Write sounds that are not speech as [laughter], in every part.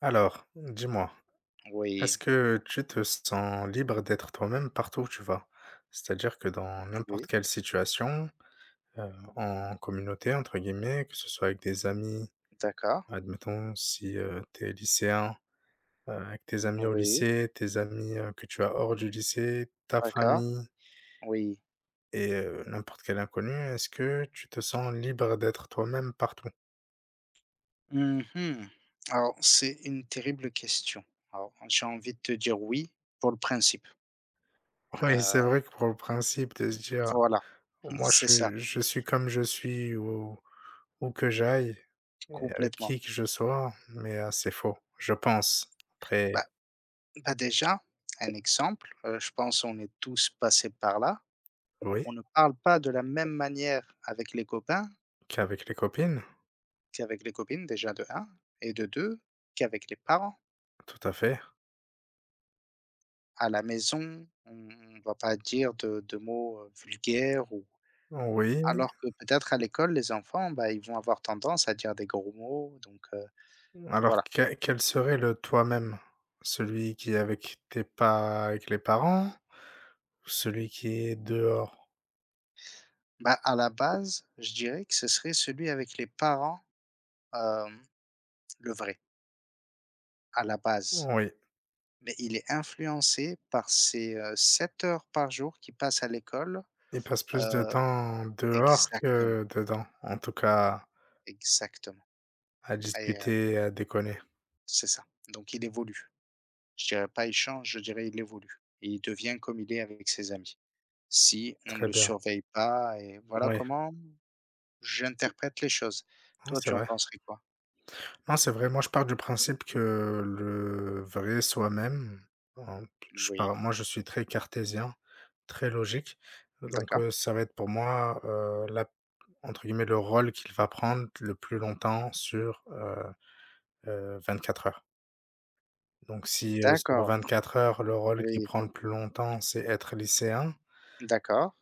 Alors, dis-moi, est-ce Oui, que tu te sens libre d'être toi-même partout où tu vas? C'est-à-dire que dans oui, n'importe quelle situation, en communauté entre guillemets, que ce soit avec des amis, d'accord, admettons si, tu es lycéen, avec tes amis au oui, lycée, tes amis, que tu as hors du lycée, ta d'accord, famille oui. et n'importe quel inconnu, est-ce que tu te sens libre d'être toi-même partout? Mhm. Alors, c'est une terrible question. Alors, j'ai envie de te dire oui pour le principe. [laughs] Oui, c'est Euh, vrai que pour le principe de se dire: voilà, [laughs] «Moi je c'est ça, suis je suis comme je suis où que j'aille». Avec complètement. qui que je sois, mais c'est faux, je pense. Bah, Après, bah, déjà, un exemple, je pense on est tous passés par là. oui, On ne parle pas de la même manière avec les copains qu'avec les copines, qu'avec les copines, déjà de un, et de deux, qu'avec les parents. tout à fait. À la maison, on ne va pas dire de mots vulgaires ou Oui, Alors que peut-être à l'école, les enfants, bah, ils vont avoir tendance à dire des gros mots, donc alors voilà. que quel serait le toi-même? Celui qui est avec tes pas avec les parents? Ou celui qui est dehors? Bah, à la base, je dirais que ce serait celui avec les parents, hem, le vrai, à la base. Oui, Mais il est influencé par ces, 7 heures par jour qu'il passe à l'école. il passe plus de heu temps dehors Exactement, que dedans, en tout cas exactement, à et discuter à déconner. c'est ça. Donc il évolue. Je dirais pas il change, je dirais il évolue et il devient comme il est avec ses amis. Si on ne Très le bien, surveille pas, et voilà oui, comment j'interprète les choses. non, Toi, c'est tu en vrai. penserais quoi? Non, c'est vrai. Moi, je pars du principe que le vrai soi-même, en je pars Oui, moi, je suis très cartésien, très logique, donc d'accord. Ça va être pour moi, la entre guillemets, «le rôle qu'il va prendre le plus longtemps sur, 24 heures». Donc si, sur D'accord, 4 heures, le rôle qu'il oui, prend le plus longtemps, c'est être lycéen, d'accord,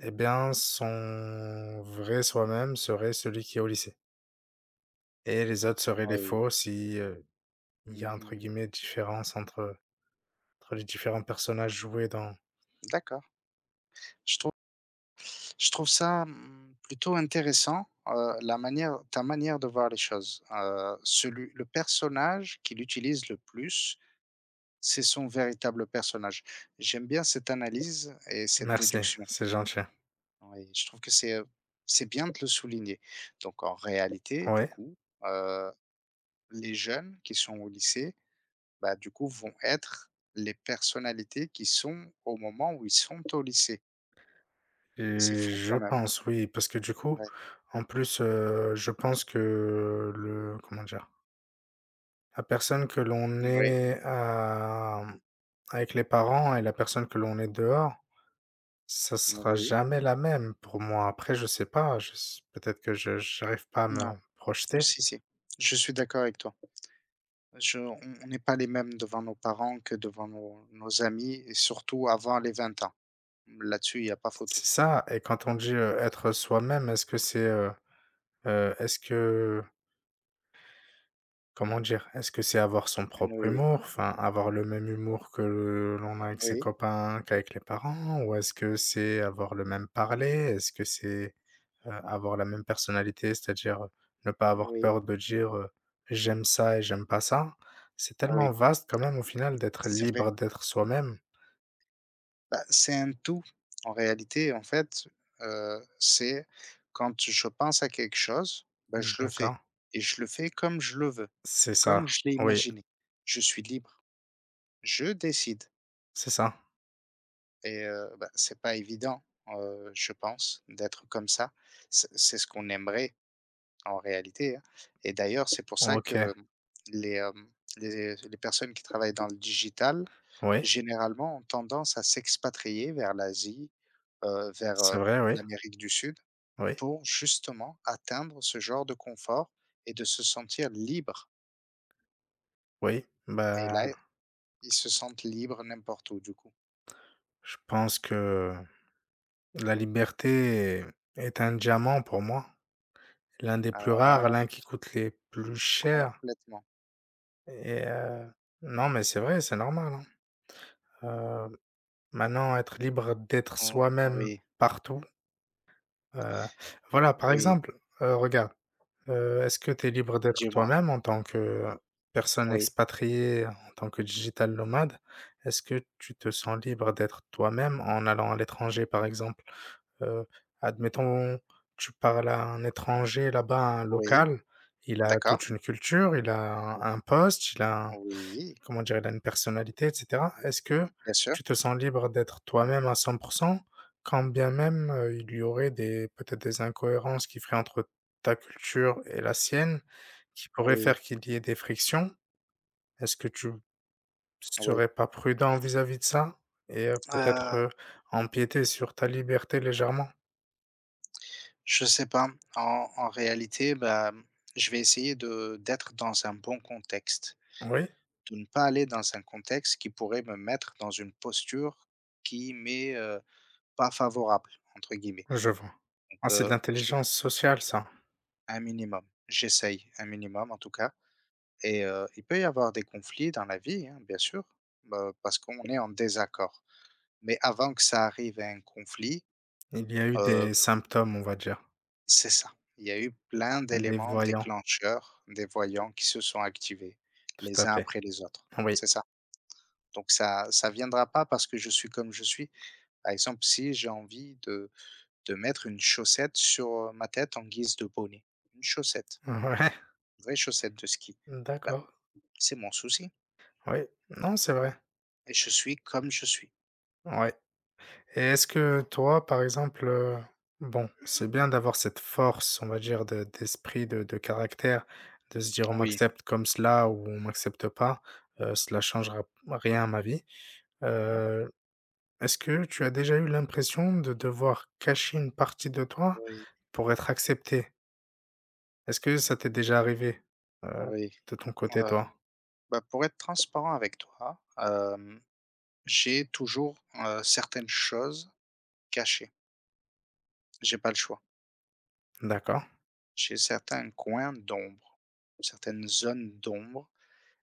eh bien, son vrai soi-même serait celui qui est au lycée et les autres seraient les oui. faux si, il y a entre Mmh. guillemets «différence» entre les différents personnages joués dans. D'accord. Je trouve je trouve ça, plutôt intéressant, la manière ta manière de voir les choses. Celui le personnage qu'il utilise le plus, c'est son véritable personnage. J'aime bien cette analyse et cette Merci, déduction. c'est gentil. Oui, je trouve que c'est bien de le souligner. Donc en réalité, du Ouais coup, heu les jeunes qui sont au lycée, bah, du coup, vont être les personnalités qui sont au moment où ils sont au lycée. C'est et fou je quand même. pense, oui, parce que du coup, Ouais. en plus, je pense que le comment dire? La personne que l'on Oui, est, avec les parents et la personne que l'on est dehors, ça sera oui. jamais la même pour moi. Après, je sais pas, je s peut-être que je j'arrive pas à me Non, projeter. si, si. Je suis d'accord avec toi. Je, on n'est pas les mêmes devant nos parents que devant nos amis, et surtout avant les 20 ans. Là-dessus, il n'y a pas photo. C'est ça et quand on dit, être soi-même, est-ce que c'est, est-ce que comment dire? Est-ce que c'est avoir son propre Oui, humour? Enfin, avoir le même humour que le l'on a avec ses oui, copains, qu'avec les parents? Ou est-ce que c'est avoir le même parler? Est-ce que c'est, avoir la même personnalité? C'est-à-dire, ne pas avoir oui, peur de dire, «J'aime ça et j'aime pas ça». C'est tellement oui. vaste quand même au final d'être C'est vrai. libre d'être soi-même. Bah, c'est un tout. En réalité, en fait, c'est quand je pense à quelque chose, bah, je le fais, D'accord. et je le fais comme je le veux, C'est comme ça. je l'ai Oui, imaginé. Je suis libre, je décide, c'est ça. et bah, c'est pas évident, je pense, d'être comme ça. C'est ce qu'on aimerait en réalité, hein. Et d'ailleurs, c'est pour ça OK. que les, hem, les personnes qui travaillent dans le digital, Oui, généralement, ont tendance à s'expatrier vers l'Asie, heu, vers, c'est heu, vrai, oui, l'Amérique du Sud, oui, pour justement atteindre ce genre de confort et de se sentir libre, oui. et Bah, là, ils se sentent libres n'importe où du coup. je pense que la liberté est un diamant pour moi, l'un des plus rares, Ah, l'un qui coûte les plus chers complètement. et non, mais c'est vrai, c'est normal, hein. Heu, Maintenant être libre d'être soi-même Oui, partout, heu, voilà, par oui, exemple, regarde, est-ce que tu es libre d'être dis-moi. toi-même en tant que personne Oui, expatriée, en tant que digital nomade? Est-ce que tu te sens libre d'être toi-même en allant à l'étranger, par exemple? Heu, Admettons, tu parles à un étranger là-bas, un oui, local, il a d'accord. toute une culture, il a un poste, il a un Oui, comment dire? Il a une personnalité et cetera. Est-ce que bien sûr. tu te sens libre d'être toi-même à 100 % quand bien même, il y aurait des peut-être des incohérences qui feraient entre ta culture et la sienne, qui pourraient Oui, faire qu'il y ait des frictions? Est-ce que tu oui. serais pas prudent vis-à-vis de ça? Et peut-être, Heu empiéter sur ta liberté légèrement? Je sais pas. En réalité, bah, je vais essayer de d'être dans un bon contexte, Oui? de ne pas aller dans un contexte qui pourrait me mettre dans une posture qui m'est, pas «favorable» entre guillemets. Je vois. Donc, Ah, c'est de je l'intelligence sociale, ça. un minimum. J'essaye un minimum en tout cas, et il peut y avoir des conflits dans la vie, hein, bien sûr, bah, parce qu'on est en désaccord. Mais avant que ça arrive à un conflit, Il y a eu euh, des symptômes, on va dire, c'est ça. Il y a eu plein des d'éléments voyants. déclencheurs, des voyants qui se sont activés, Tout à les uns fait. après les autres. Oui. C'est ça. Donc ça ça viendra pas parce que je suis comme je suis. Par exemple, si j'ai envie de mettre une chaussette sur ma tête en guise de bonnet, une chaussette, [laughs] une vraie chaussette de ski, Ouais. bah, D'accord. c'est mon souci Oui. Non, c'est vrai. et je suis comme je suis. Ouais. Et est-ce que toi, par exemple, bon, c'est bien d'avoir cette force, on va dire, de d'esprit, de caractère, de se dire: «On Oui. m'accepte comme cela ou on m'accepte pas, cela changera rien à ma vie». Mmh. Heu, Est-ce que tu as déjà eu l'impression de devoir cacher une partie de toi Oui, pour être accepté? Est-ce que ça t'est déjà arrivé, heu, oui. de ton côté, Heu, toi? bah, pour être transparent avec toi, j'ai toujours, certaines choses cachées. J'ai pas le choix. D'accord, J'ai certains coins d'ombre, certaines zones d'ombre,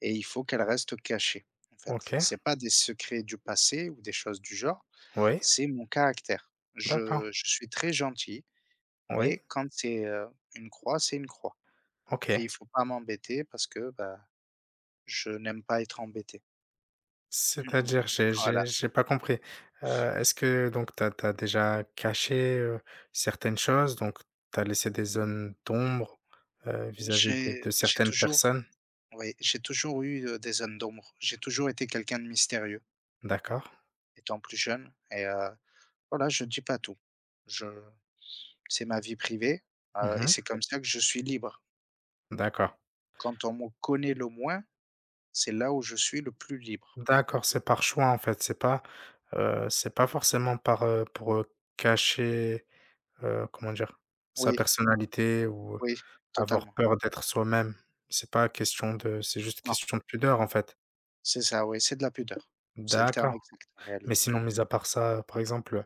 et il faut qu'elles restent cachées, en fait. OK, C'est pas des secrets du passé ou des choses du genre, oui, c'est mon caractère. d'accord, Je suis très gentil, oui, mais quand c'est, une croix, c'est une croix, OK. et il faut pas m'embêter parce que, bah, je n'aime pas être embêté. Mhm. C'est-à-dire? J'ai Voilà. j'ai j'ai pas compris. Est-ce que donc t'as déjà caché, certaines choses, donc t'as laissé des zones d'ombre, vis-à-vis de J'ai certaines toujours personnes? Oui, j'ai toujours eu, des zones d'ombre. J'ai toujours été quelqu'un de mystérieux D'accord. étant plus jeune, et voilà, je dis pas tout. Je c'est ma vie privée, et Mmh. c'est, ouais, comme ça que je suis libre. D'accord. Quand on me connaît le moins, c'est là où je suis le plus libre. D'accord, c'est par choix, en fait, c'est pas forcément par, pour, cacher, comment dire? Sa Oui, personnalité ou, oui, avoir totalement. peur d'être soi-même, c'est pas question de c'est juste Non, question de pudeur, en fait. c'est ça, oui, c'est de la pudeur. C'est le D'accord, terme exact en mais réalité. sinon, mis à part ça, par exemple,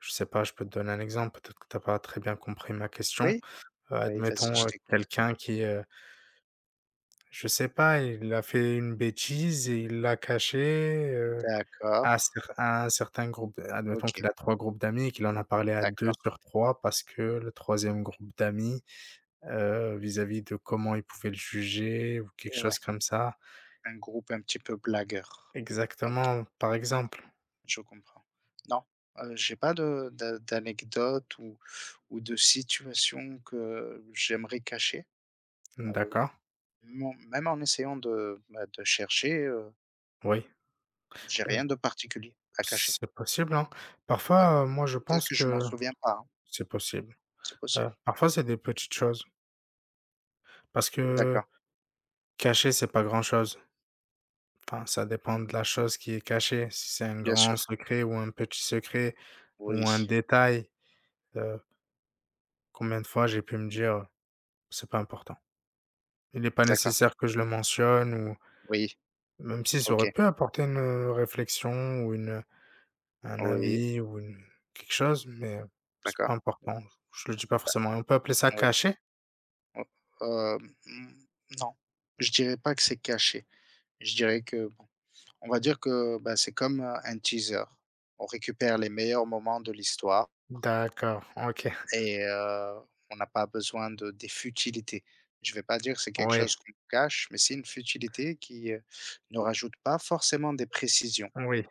je sais pas, je peux te donner un exemple, peut-être que t'as pas très bien compris ma question. Oui? Oui, vas-y, je Admettons, t'écoute. quelqu'un qui, je sais pas, il a fait une bêtise et il l'a caché, D'accord, à un certain groupe. Admettons OK, qu'il a 3 groupes d'amis et qu'il en a parlé à 2 d'accord, sur 3 parce que le troisième groupe d'amis, vis-à-vis de comment ils pouvaient le juger ou quelque et chose ouais, comme ça, un groupe un petit peu blagueur. OK, exactement, par exemple. je comprends. Non, j'ai pas de d'a d'anecdote ou de situation que j'aimerais cacher, euh, D'accord, non, même en essayant de chercher, oui, j'ai mmh, rien de particulier à cacher. c'est possible, hein. Oui, Parfois, moi, je peut-être pense que je m'en que souviens pas, hein, c'est possible. c'est possible. Parfois, c'est des petites choses parce que D'accord, cacher, c'est pas grand-chose. Enfin, ça dépend de la chose qui est cachée. Si c'est un bien grand sûr. secret ou un petit secret ou un Oui, détail, heu, combien de fois j'ai pu me dire: «C'est pas important. Il est pas d'accord. nécessaire que je le mentionne» ou Oui, même si ça OK. aurait pu apporter une, réflexion ou une, un Oui, avis ou une quelque chose, mais c'est pas d'accord. important. Je le dis pas Bah, forcément. On peut appeler ça oui. caché. O hem, mmh, non, je dirais pas que c'est caché. Je dirais que bon, on va dire que, bah, c'est comme, un teaser. On récupère les meilleurs moments de l'histoire, D'accord, OK. et on n'a pas besoin de des futilités. Je ne vais pas dire que c'est quelque Oui, chose qu'on cache, mais c'est une futilité qui, ne rajoute pas forcément des précisions, oui,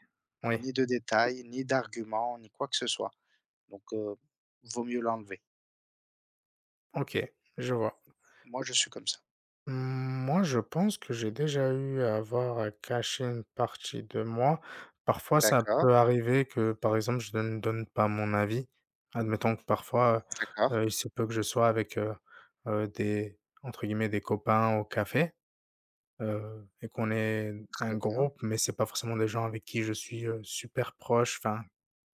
oui. ni de détails, ni d'arguments, ni quoi que ce soit. Donc, vaut mieux l'enlever. OK, je vois. Moi, je suis comme ça. Mmh, moi, je pense que j'ai déjà eu à avoir à cacher une partie de moi. Parfois, ça D'accord, peut arriver que, par exemple, je ne donne pas mon avis. Admettons que parfois, d'accord, il se peut que je sois avec, des entre guillemets «des copains» au café. Et qu'on est un très bien. groupe, mais c'est pas forcément des gens avec qui je suis, super proche, enfin,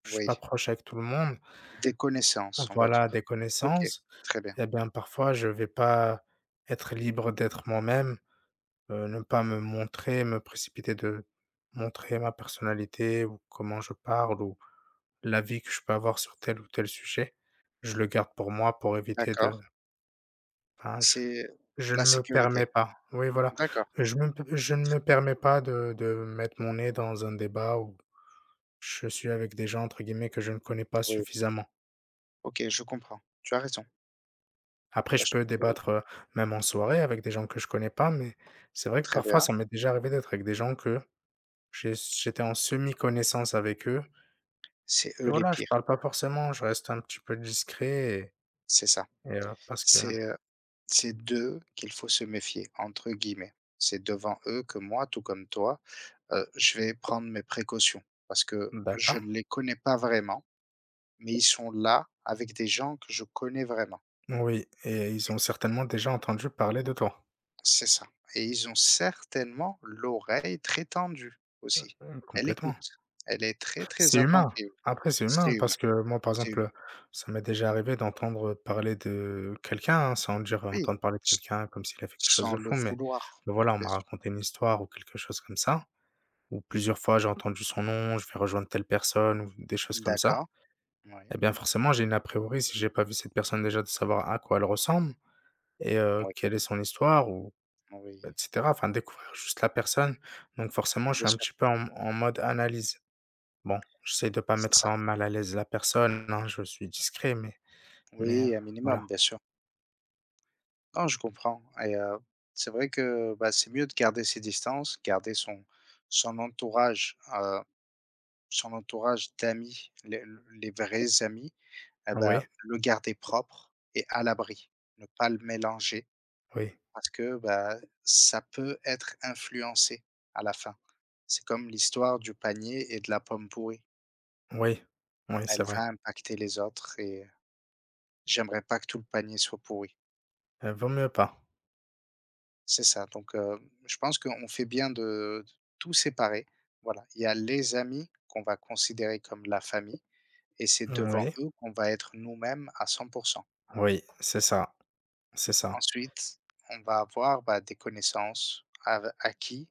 je suis pas Oui, proche avec tout le monde. des connaissances, on va Voilà, des dire. OK, connaissances très bien. et bien, parfois, je vais pas être libre d'être moi-même, ne pas me montrer, me précipiter de montrer ma personnalité ou comment je parle ou l'avis que je peux avoir sur tel ou tel sujet. Je le garde pour moi pour éviter de D'accord. ah, je C'est je ne la me sécurité. permets pas. Oui, voilà. D'accord, Je ne me permets pas de mettre mon nez dans un débat où je suis avec des gens, entre guillemets, «que je ne connais pas oui. suffisamment». OK, je comprends. Tu as raison. Après, Bah, je je peux trouve que débattre, même en soirée avec des gens que je connais pas, mais c'est vrai que très parfois, bien, ça m'est déjà arrivé d'être avec des gens que j'étais en semi-connaissance avec eux c'est et eux les voilà, je pires, parle pas forcément, je reste un petit peu discret c'est ça. et parce que C'est, heu, c'est d'eux qu'il faut se «méfier», entre guillemets. C'est devant eux que moi, tout comme toi, je vais prendre mes précautions parce que je d'accord. ne les connais pas vraiment, mais ils sont là avec des gens que je connais vraiment. Oui et ils ont certainement déjà entendu parler de toi. C'est ça, et ils ont certainement l'oreille très tendue aussi. Elle Complètement. écoute, elle est très, C'est très humain. attentive. Après, c'est C'est humain parce humain, que moi, par c'est humain. exemple, ça m'est déjà arrivé d'entendre parler de quelqu'un, hein, sans dire, Oui, entendre parler de s quelqu'un comme s'il a fait quelque chose de sans le fou, vouloir, mais voilà, on bien m'a sûr. raconté une histoire ou quelque chose comme ça, ou plusieurs fois j'ai entendu son nom, je vais rejoindre telle personne ou des choses comme ça. D'accord. Oui, Eh bien, forcément, j'ai une a priori si j'ai pas vu cette personne déjà de savoir à quoi elle ressemble et oui, quelle est son histoire ou et oui, cetera. Enfin, découvrir juste la personne. Donc forcément, je bien suis un sûr, petit peu en mode analyse. Bon, j'essaie de pas c'est mettre ça. en mal à l'aise la personne, hein, je suis discret, mais, Oui, un minimum, voilà. bien sûr. Non, je comprends. Et c'est vrai que bah, c'est mieux de garder ses distances, garder son entourage, son entourage d'amis, les vrais amis, eh Oui, bah, le garder propre et à l'abri. Ne pas le mélanger oui, parce que bah, ça peut être influencé à la fin. C'est comme l'histoire du panier et de la pomme pourrie. oui, oui, c'est Elle vrai. va impacter les autres, et j'aimerais pas que tout le panier soit pourri. Vaut mieux pas. C'est ça, donc je pense qu'on fait bien de tout séparer. Voilà, il y a les amis qu'on va considérer comme la famille, et c'est devant Oui, eux qu'on va être nous-mêmes à 100%. oui, c'est ça, Ensuite, on va avoir, bah, des connaissances ave à qui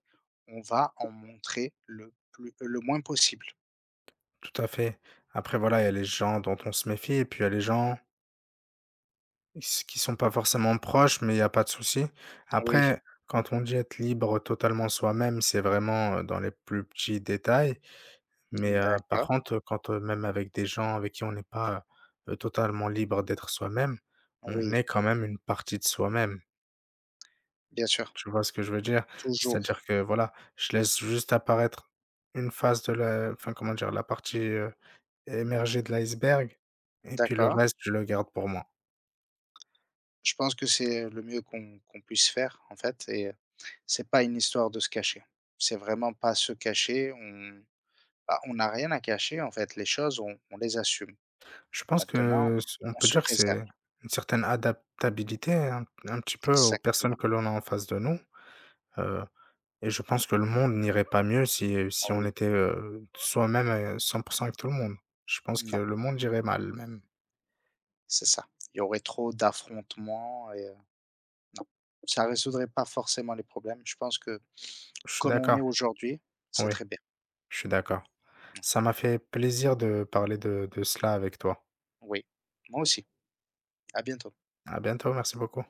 on va en montrer le moins possible. tout à fait. Après voilà, il y a les gens dont on se méfie et puis il y a les gens s qui sont pas forcément proches, mais il y a pas de souci. Oui, Après, quand on dit être libre totalement soi-même, c'est vraiment, dans les plus petits détails. Mais par d'accord, contre, quand, même avec des gens avec qui on n'est pas, totalement libre d'être soi-même, on oui, est quand même une partie de soi-même. bien sûr, Tu vois ce que je veux dire? C'est-à-dire toujours, que voilà, je laisse juste apparaître une face de la enfin, comment dire? La partie, émergée de l'iceberg et puis le d'accord. reste, je le garde pour moi. Je pense que c'est le mieux qu'on puisse faire en fait, et c'est pas une histoire de se cacher. C'est vraiment pas se cacher, on bah, on n'a rien à cacher en fait, les choses on les assume. Je pense Maintenant, que c on on peut se dire que préserve, c'est une certaine adaptabilité un petit peu aux personnes exactement. que l'on a en face de nous, et je pense que le monde n'irait pas mieux si, Ah si on Oui, était, soi-même, 100 % avec tout le monde. Je pense que non, le monde irait mal même. c'est ça. Il y aurait trop d'affrontements et non. Ça résoudrait pas forcément les problèmes. Je pense que Je suis comme on d'accord, est aujourd'hui, c'est oui, très bien. je suis d'accord. Ça m'a fait plaisir de parler de cela avec toi. Oui, moi aussi. À bientôt. À bientôt, merci beaucoup.